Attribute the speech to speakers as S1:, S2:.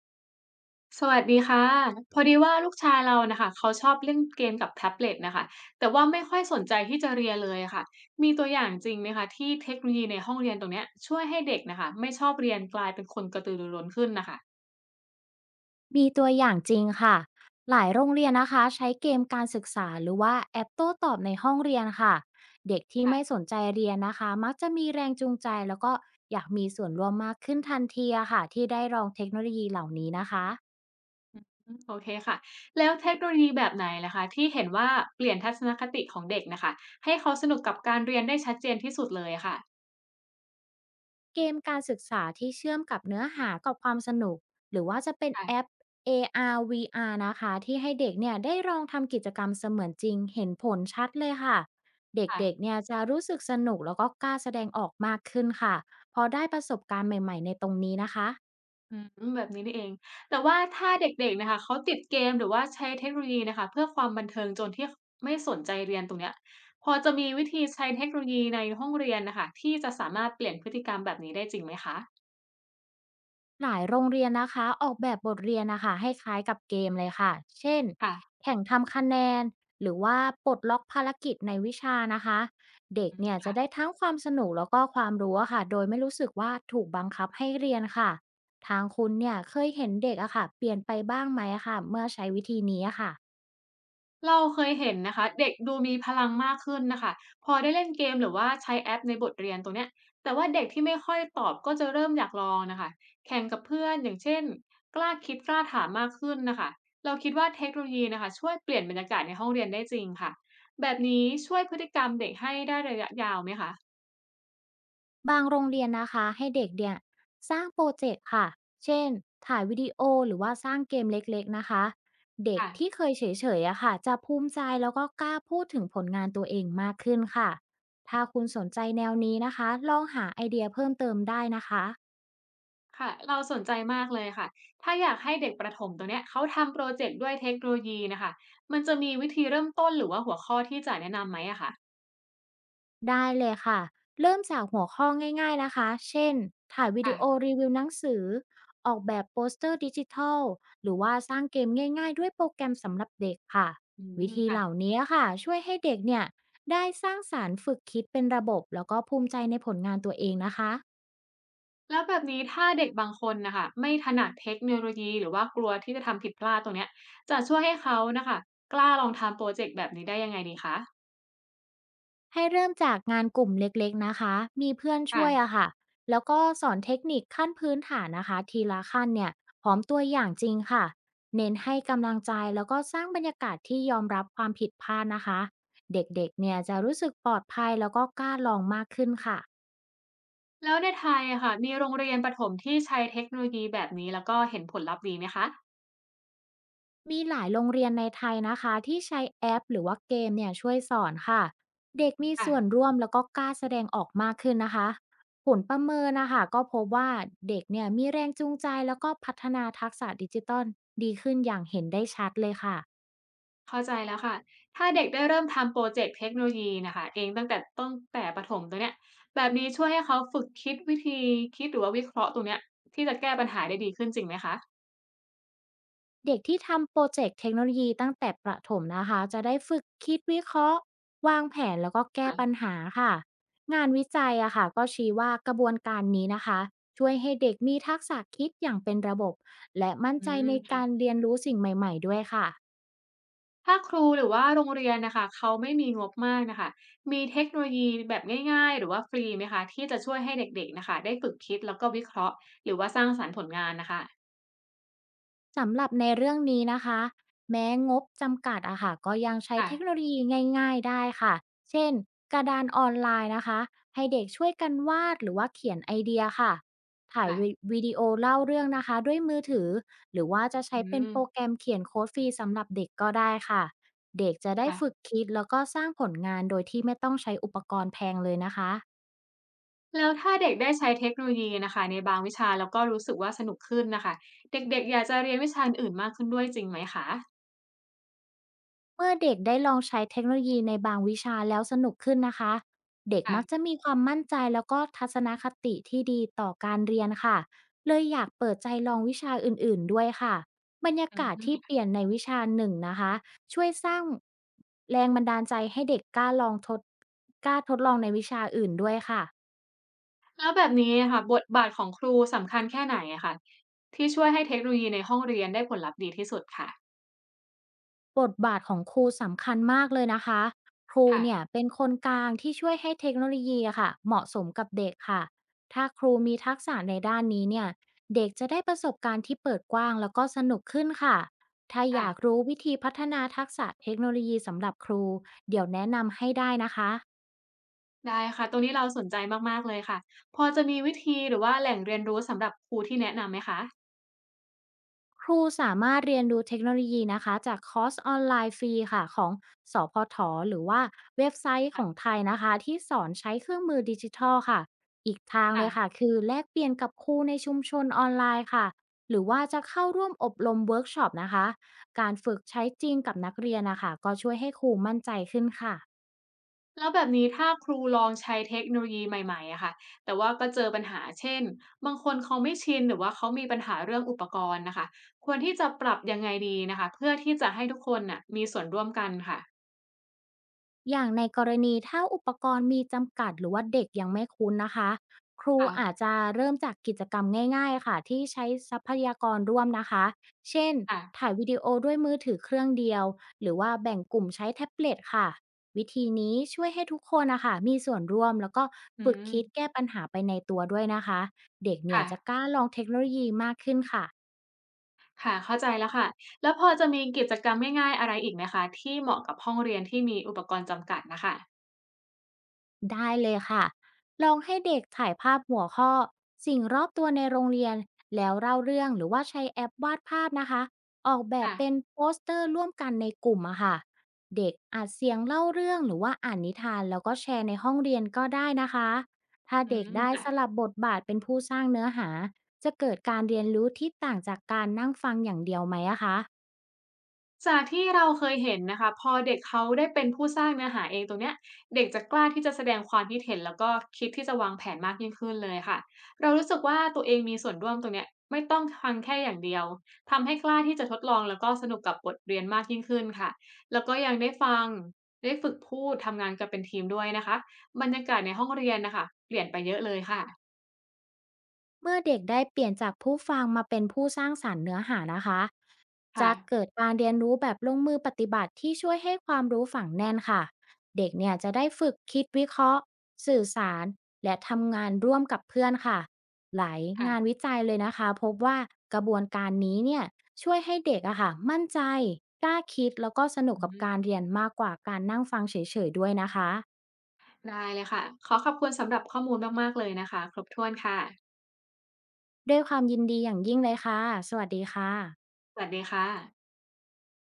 S1: สวัสดีค่ะพอดีว่าลูกชายเรานะคะเขาชอบเล่นเกมกับแท็บเล็ตนะคะแต่ว่าไม่ค่อยสนใจที่จะเรียนเลยค่ะมีตัวอย่างจริงไหมคะที่เทคโนโลยีในห้องเรียนตรงเนี้ยช่วยให้เด็กนะคะไม่ชอบเรียนกลายเป็นคนกระตือรือร้นขึ้นนะคะ
S2: มีตัวอย่างจริงค่ะหลายโรงเรียนนะคะใช้เกมการศึกษาหรือว่าแอปโต้ตอบในห้องเรียนค่ะเด็กที่ไม่
S1: ค่ะ
S2: สนใจเรียนนะคะมักจะมีแรงจูงใจแล้วก็อยากมีส่วนร่วมมากขึ้นทันทีอะค่ะที่ได้ลองเทคโนโลยีเหล่านี้นะคะ
S1: อืมโอเคค่ะแล้วเทคโนโลยีแบบไหนนะคะที่เห็นว่าเปลี่ยนทัศนคติของเด็กนะคะให้เขาสนุกกับการเรียนได้ชัดเจนที่สุดเลยค่ะ
S2: เกมการศึกษาที่เชื่อมกับเนื้อหากับความสนุกหรือว่าจะเป็นแอป
S1: ค่ะ
S2: AR VR นะคะที่ให้เด็กเนี่ยได้ลองทำกิจกรรมเสมือนจริงเห็นผลชัดเลยค่ะเด็ก
S1: ค่ะ
S2: ๆเนี่ยจะรู้สึกสนุกแล้วก็กล้าแสดงออกมากขึ้นค่ะพอได้ประสบการณ์ใหม่ๆในตรงนี้นะคะ
S1: อืมแบบนี้นี่เอง แต่ว่าถ้าเด็กๆน่ะค่ะเขาติดเกมหรือว่าใช้เทคโนโลยีน่ะค่ะเพื่อความบันเทิงจนที่ขไม่สนใจเรียนตรงเนี้ยพอจะมีวิธีใช้เทคโนโลยีในห้องเรียนน่ะค่ะที่จะสามารถเปลี่ยนพฤติกรรมแบบนี้ได้จริงไหมคะ
S2: หลายโรงเรียนนะคะออกแบบบทเรียนนะคะให้คล้ายกับเกมเลยค่ะเช่น
S1: ค่ะ
S2: แข่งทำคะแนนหรือว่าปลดล็อกภารกิจในวิชานะคะเด็ก
S1: อืม
S2: เนี่ยจะ
S1: ค่ะ
S2: ได้ทั้งความสนุกแล้วก็ความรู้อะค่ะโดยไม่รู้สึกว่าถูกบังคับให้เรียนค่ะทางคุณเนี่ยเคยเห็นเด็กอะค่ะเปลี่ยนไปบ้างไหมอะค่ะเมื่อใช้วิธีนี้อะค่ะ
S1: เราเคยเห็นนะคะเด็กดูมีพลังมากขึ้นนะคะพอได้เล่นเกมหรือว่าใช้แอปในบทเรียนตรงเนี้ยแต่ว่าเด็กที่ไม่ค่อยตอบก็จะเริ่มอยากลองนะค่ะแข่งกับเพื่อนอย่างเช่นกล้าคิดกล้าถามมากขึ้นนะคะเราคิดว่าเทคโนโลยีน่ะคะช่วยเปลี่ยนบรรยากาศในห้องเรียนได้จริงค่ะแบบนี้ช่วยพฤติกรรมเด็กให้ได้ระยะยาวไหมคะ
S2: บางโรงเรียนนะคะให้เด็กเนี่ยสร้างโปรเจกต์ค่ะเช่นถ่ายวิดีโอหรือว่าสร้างเกมเล็กๆนะคะเด็ก
S1: ค่ะ
S2: ที่เคยเฉยๆอะค่ะจะภูมิใจแล้วก็กล้าพูดถึงผลงานตัวเองมากขึ้นค่ะถ้าคุณสนใจแนวนี้นะคะลองหาไอเดียเพิ่มเติมได้นะคะ
S1: ค่ะเราสนใจมากเลยค่ะถ้าอยากให้เด็กประถมตัวเนี้ยเขาทำโปรเจกต์ด้วยเทคโนโลยีนะคะมันจะมีวิธีเริ่มต้นหรือว่าหัวข้อที่จะแนะนำไหมอะคะ
S2: ได้เลยค่ะ เริ่มจากหัวข้อง่ายๆนะคะ เช่นถ่ายวิดีโอ
S1: ค่ะ
S2: รีวิวหนังสือ ออกแบบโปสเตอร์ดิจิทัล หรือว่าสร้างเกมง่ายๆด้วยโปรแกรมสำหรับเด็กค่ะ
S1: อื
S2: วิ
S1: ม
S2: ธี
S1: ค่ะ
S2: เหล่านี้ค่ะช่วยให้เด็กเนี่ยได้สร้างสารรค์ฝึกคิดเป็นระบบแล้วก็ภูมิใจในผลงานตัวเองนะคะ
S1: แล้วแบบนี้ถ้าเด็กบางคนน่ะค่ะไม่ถนัดเทคโนโลยีหรือว่ากลัวที่จะทำผิดพลาดตรงเนี้ยจะช่วยให้เขาน่ะค่ะกล้าลองทำพรอเจกต์แบบนี้ได้ยังไงดีคะ
S2: ให้เริ่มจากงานกลุ่มเล็กๆนะคะ มีเพื่อน
S1: ค่ะ
S2: ช่วยอะค่ะแล้วก็สอนเทคนิคขั้นพื้นฐานนะคะทีละขั้นเนี่ยพร้อมตัวอย่างจริงค่ะ เน้นให้กำลังใจแล้วก็สร้างบรรยากาศที่ยอมรับความผิดพลาดนะคะ เด็กๆเนี่ยจะรู้สึกปลอดภัยแล้วก็กล้าลองมากขึ้นค่ะ
S1: แล้วในไทยอะค่ะมีโรงเรียนประถมที่ใช้เทคโนโลยีแบบนี้แล้วก็เห็นผลลัพธ์ดีไหมคะ
S2: มีหลายโรงเรียนในไทยนะคะที่ใช้แอปหรือว่าเกมเนี่ยช่วยสอนค่ะเด็กมีส่วน
S1: ค่ะ
S2: ร่วมแล้วก็กล้าแสดงออกมากขึ้นนะคะผลประเมินนะคะก็พบว่าเด็กเนี่ยมีแรงจูงใจแล้วก็พัฒนาทักษะดิจิตอลดีขึ้นอย่างเห็นได้ชัดเลยค่ะ
S1: เข้าใจแล้วค่ะถ้าเด็กได้เริ่มทำพรอเจกต์เทคโนโลยีน่ะค่ะเองตั้งแต่ประถมตรงเนี้ยแบบนี้ช่วยให้เขาฝึกคิดวิธีคิดหรือว่าวิเคราะห์ตรงเนี้ยที่จะแก้ปัญหาได้ดีขึ้นจริงไหมคะ
S2: เด็กที่ทำโปรเจกต์เทคโนโลยีตั้งแต่ประถมนะคะจะได้ฝึกคิดวิเคราะห์วางแผนแล้วก็แก้
S1: ค่ะ
S2: ปัญหาค่ะงานวิจัยอะค่ะก็ชี้ว่ากระบวนการนี้นะคะช่วยให้เด็กมีทักษะคิดอย่างเป็นระบบและมั่น
S1: อื
S2: ใจ
S1: ม
S2: ในการ
S1: ค่ะ
S2: เรียนรู้สิ่งใหม่ๆด้วยค่ะ
S1: ถ้าครูหรือว่าโรงเรียนนะคะเขาไม่มีงบมากนะคะมีเทคโนโลยีแบบง่ายๆหรือว่าฟรีไหมคะที่จะช่วยให้เด็กๆนะคะได้ฝึกคิดแล้วก็วิเคราะห์หรือว่าสร้างสรรค์ผลงานนะคะ
S2: สำหรับในเรื่องนี้นะคะแม้งบจำกัดอะค่ะก็ยังใช้เทคโน
S1: ค่ะ
S2: โลยีง่ายๆได้ค่ะเช่นกระดานออนไลน์นะคะให้เด็กช่วยกันวาดหรือว่าเขียนไอเดียค่ะถ่ายวิ
S1: ค่ะ
S2: วิดีโอเล่าเรื่องนะคะด้วยมือถือหรือว่าจะใช้
S1: อื
S2: เป็น
S1: ม
S2: โปรแกรมเขียนโค้ดฟรีสำหรับเด็กก็ได้ค่ะเด็กจะได้
S1: ค่ะ
S2: ฝึกคิดแล้วก็สร้างผลงานโดยที่ไม่ต้องใช้อุปกรณ์แพงเลยนะคะ
S1: แล้วถ้าเด็กได้ใช้เทคโนโลยีนะคะในบางวิชาแล้วก็รู้สึกว่าสนุกขึ้นนะคะเด็กๆอยากจะเรียนวิชาอื่นมากขึ้นด้วยจริงไหมคะ
S2: เมื่อเด็กได้ลองใช้เทคโนโลยีในบางวิชาแล้วสนุกขึ้นนะคะเด็กมักจะ
S1: ค่ะ
S2: มีความมั่นใจแล้วก็ทัศนคติที่ดีต่อการเรียนค่ะเลยอยากเปิดใจลองวิชาอื่นๆด้วยค่ะบรรยา
S1: อื
S2: กาศที่เป
S1: ม
S2: ลี่ยนในวิชาหนึ่งนะคะช่วยสร้างแรงบันดาลใจให้เด็กกล้าลองทดกล้าทดลองในวิชาอื่นด้วยค่ะ
S1: แล้วแบบนี้ค่ะบทบาทของครูสำคัญแค่ไหนอะค่ะที่ช่วยให้เทคโนโลยีในห้องเรียนได้ผลลัพธ์ดีที่สุดค่ะ
S2: บทบาทของครูสำคัญมากเลยนะคะ ครูเนี่ย
S1: ค่ะ
S2: เป็นคนกลางที่ช่วยให้เทคโนโลยีอะค่ะเหมาะสมกับเด็กค่ะ ถ้าครูมีทักษะในด้านนี้เนี่ย เด็กจะได้ประสบการณ์ที่เปิดกว้างแล้วก็สนุกขึ้นค่ะ ถ้าอ
S1: ค่ะ
S2: ยากรู้วิธีพัฒนาทักษะเทคโนโลยีสำหรับครู เดี๋ยวแนะนำให้ได้นะคะ
S1: ได้ค่ะตรงนี้เราสนใจมากๆเลยค่ะพอจะมีวิธีหรือว่าแหล่งเรียนรู้สำหรับครูที่แนะนำไหมคะ
S2: ครูสามารถเรียนรู้เทคโนโลยีนะคะจากคอร์สออนไลน์ฟรีค่ะของสพทหรือว่าเว็บไซต์ข
S1: ค่ะ
S2: องไทยนะคะที่สอนใช้เครื่องมือดิจิทัลค่ะอีกทางเลยค่ะ
S1: ค่ะ
S2: คือแลกเปลี่ยนกับครูในชุมชนออนไลน์ค่ะหรือว่าจะเข้าร่วมอบรมเวิร์กช็อปนะคะการฝึกใช้จริงกับนักเรียนนะคะก็ช่วยให้ครูมั่นใจขึ้นค่ะ
S1: แล้วแบบนี้ถ้าครูลองใช้เทคโนโลยีใหม่ๆอะค่ะแต่ว่าก็เจอปัญหาเช่นบางคนเขาไม่ชินหรือว่าเขามีปัญหาเรื่องอุปกรณ์น่ะค่ะควรที่จะปรับยังไงดีนะคะเพื่อที่จะให้ทุกคนน่ะมีส่วนร่วมกันค่ะ
S2: อย่างในกรณีถ้าอุปกรณ์มีจำกัดหรือว่าเด็กยังไม่คุ้นนะคะครู
S1: ค่ะ
S2: อาจจะเริ่มจากกิจกรรมง่ายๆค่ะที่ใช้ทรัพยากรร่วมนะคะเช่น
S1: ค่ะ
S2: ถ่ายวิดีโอด้วยมือถือเครื่องเดียวหรือว่าแบ่งกลุ่มใช้แท็บเล็ตค่ะวิธีนี้ช่วยให้ทุกคนนะคะมีส่วนร่วมแล้วก็
S1: อื
S2: ฝึกคิดแก้
S1: ม
S2: ปัญหาไปในตัวด้วยนะคะเด็กเนี่ย
S1: ค่ะ
S2: จะกล้าลองเทคโนโลยีมากขึ้นค่ะ
S1: ค่ะเข้าใจแล้วค่ะแล้วพอจะมีกิจกรรมง่ายๆอะไรอีกไหมคะที่เหมาะกับห้องเรียนที่มีอุปกรณ์จำกัดน่ะค่ะ
S2: ได้เลยค่ะ ลองให้เด็กถ่ายภาพหัวข้อสิ่งรอบตัวในโรงเรียนแล้วเล่าเรื่องหรือว่าใช้แอปวาดภาพนะคะออกแบบ
S1: ค่ะ
S2: เป็นโปสเตอร์ร่วมกันในกลุ่มอะค่ะเด็กอาจเสียงเล่าเรื่องหรือว่าอ่านนิทานแล้วก็แชร์ในห้องเรียนก็ได้นะคะ ถ้า
S1: อื
S2: เด็ก
S1: ม
S2: ได้ส
S1: ค่ะ
S2: ลับบทบาทเป็นผู้สร้างเนื้อหาจะเกิดการเรียนรู้ที่ต่างจากการนั่งฟังอย่างเดียวไหมอะคะ
S1: จากที่เราเคยเห็นนะคะพอเด็กเขาได้เป็นผู้สร้างเนื้อหาเองตรงเนี้ยเด็กจะกล้าที่จะแสดงความคิดเห็นแล้วก็คิดที่จะวางแผนมากยิ่งขึ้นเลยค่ะเรารู้สึกว่าตัวเองมีส่วนร่วมตรงเนี้ยไม่ต้องฟังแค่อย่างเดียวทำให้กล้าที่จะทดลองแล้วก็สนุกกับบทเรียนมากยิ่งขึ้นค่ะแล้วก็ยังได้ฟังได้ฝึกพูดทำงานกันเป็นทีมด้วยนะคะบรรยากาศในห้องเรียนนะคะเปลี่ยนไปเยอะเลยค่ะ
S2: เมื่อเด็กได้เปลี่ยนจากผู้ฟังมาเป็นผู้สร้างสรรค์เนื้อหานะคะ
S1: ค่ะ
S2: จะเกิดการเรียนรู้แบบลงมือปฏิบัติที่ช่วยให้ความรู้ฝังแน่นค่ะเด็กเนี่ยจะได้ฝึกคิดวิเคราะห์สื่อสารและทำงานร่วมกับเพื่อนค่ะหลายงาน
S1: ค่ะ
S2: วิจัยเลยนะคะพบว่ากระบวนการนี้เนี่ยช่วยให้เด็กอะค่ะมั่นใจกล้าคิดแล้วก็สนุก
S1: อื
S2: กับ
S1: ม
S2: การเรียนมากกว่าการนั่งฟังเฉยๆด้วยนะคะ
S1: ได้เลยค่ะขอขอบคุณสำหรับข้อมูลมากๆเลยนะคะครบถ้วนค่ะ
S2: ด้วยความยินดีอย่างยิ่งเลยค่ะสวัสดีค่ะ
S1: สวัสดีค่ะ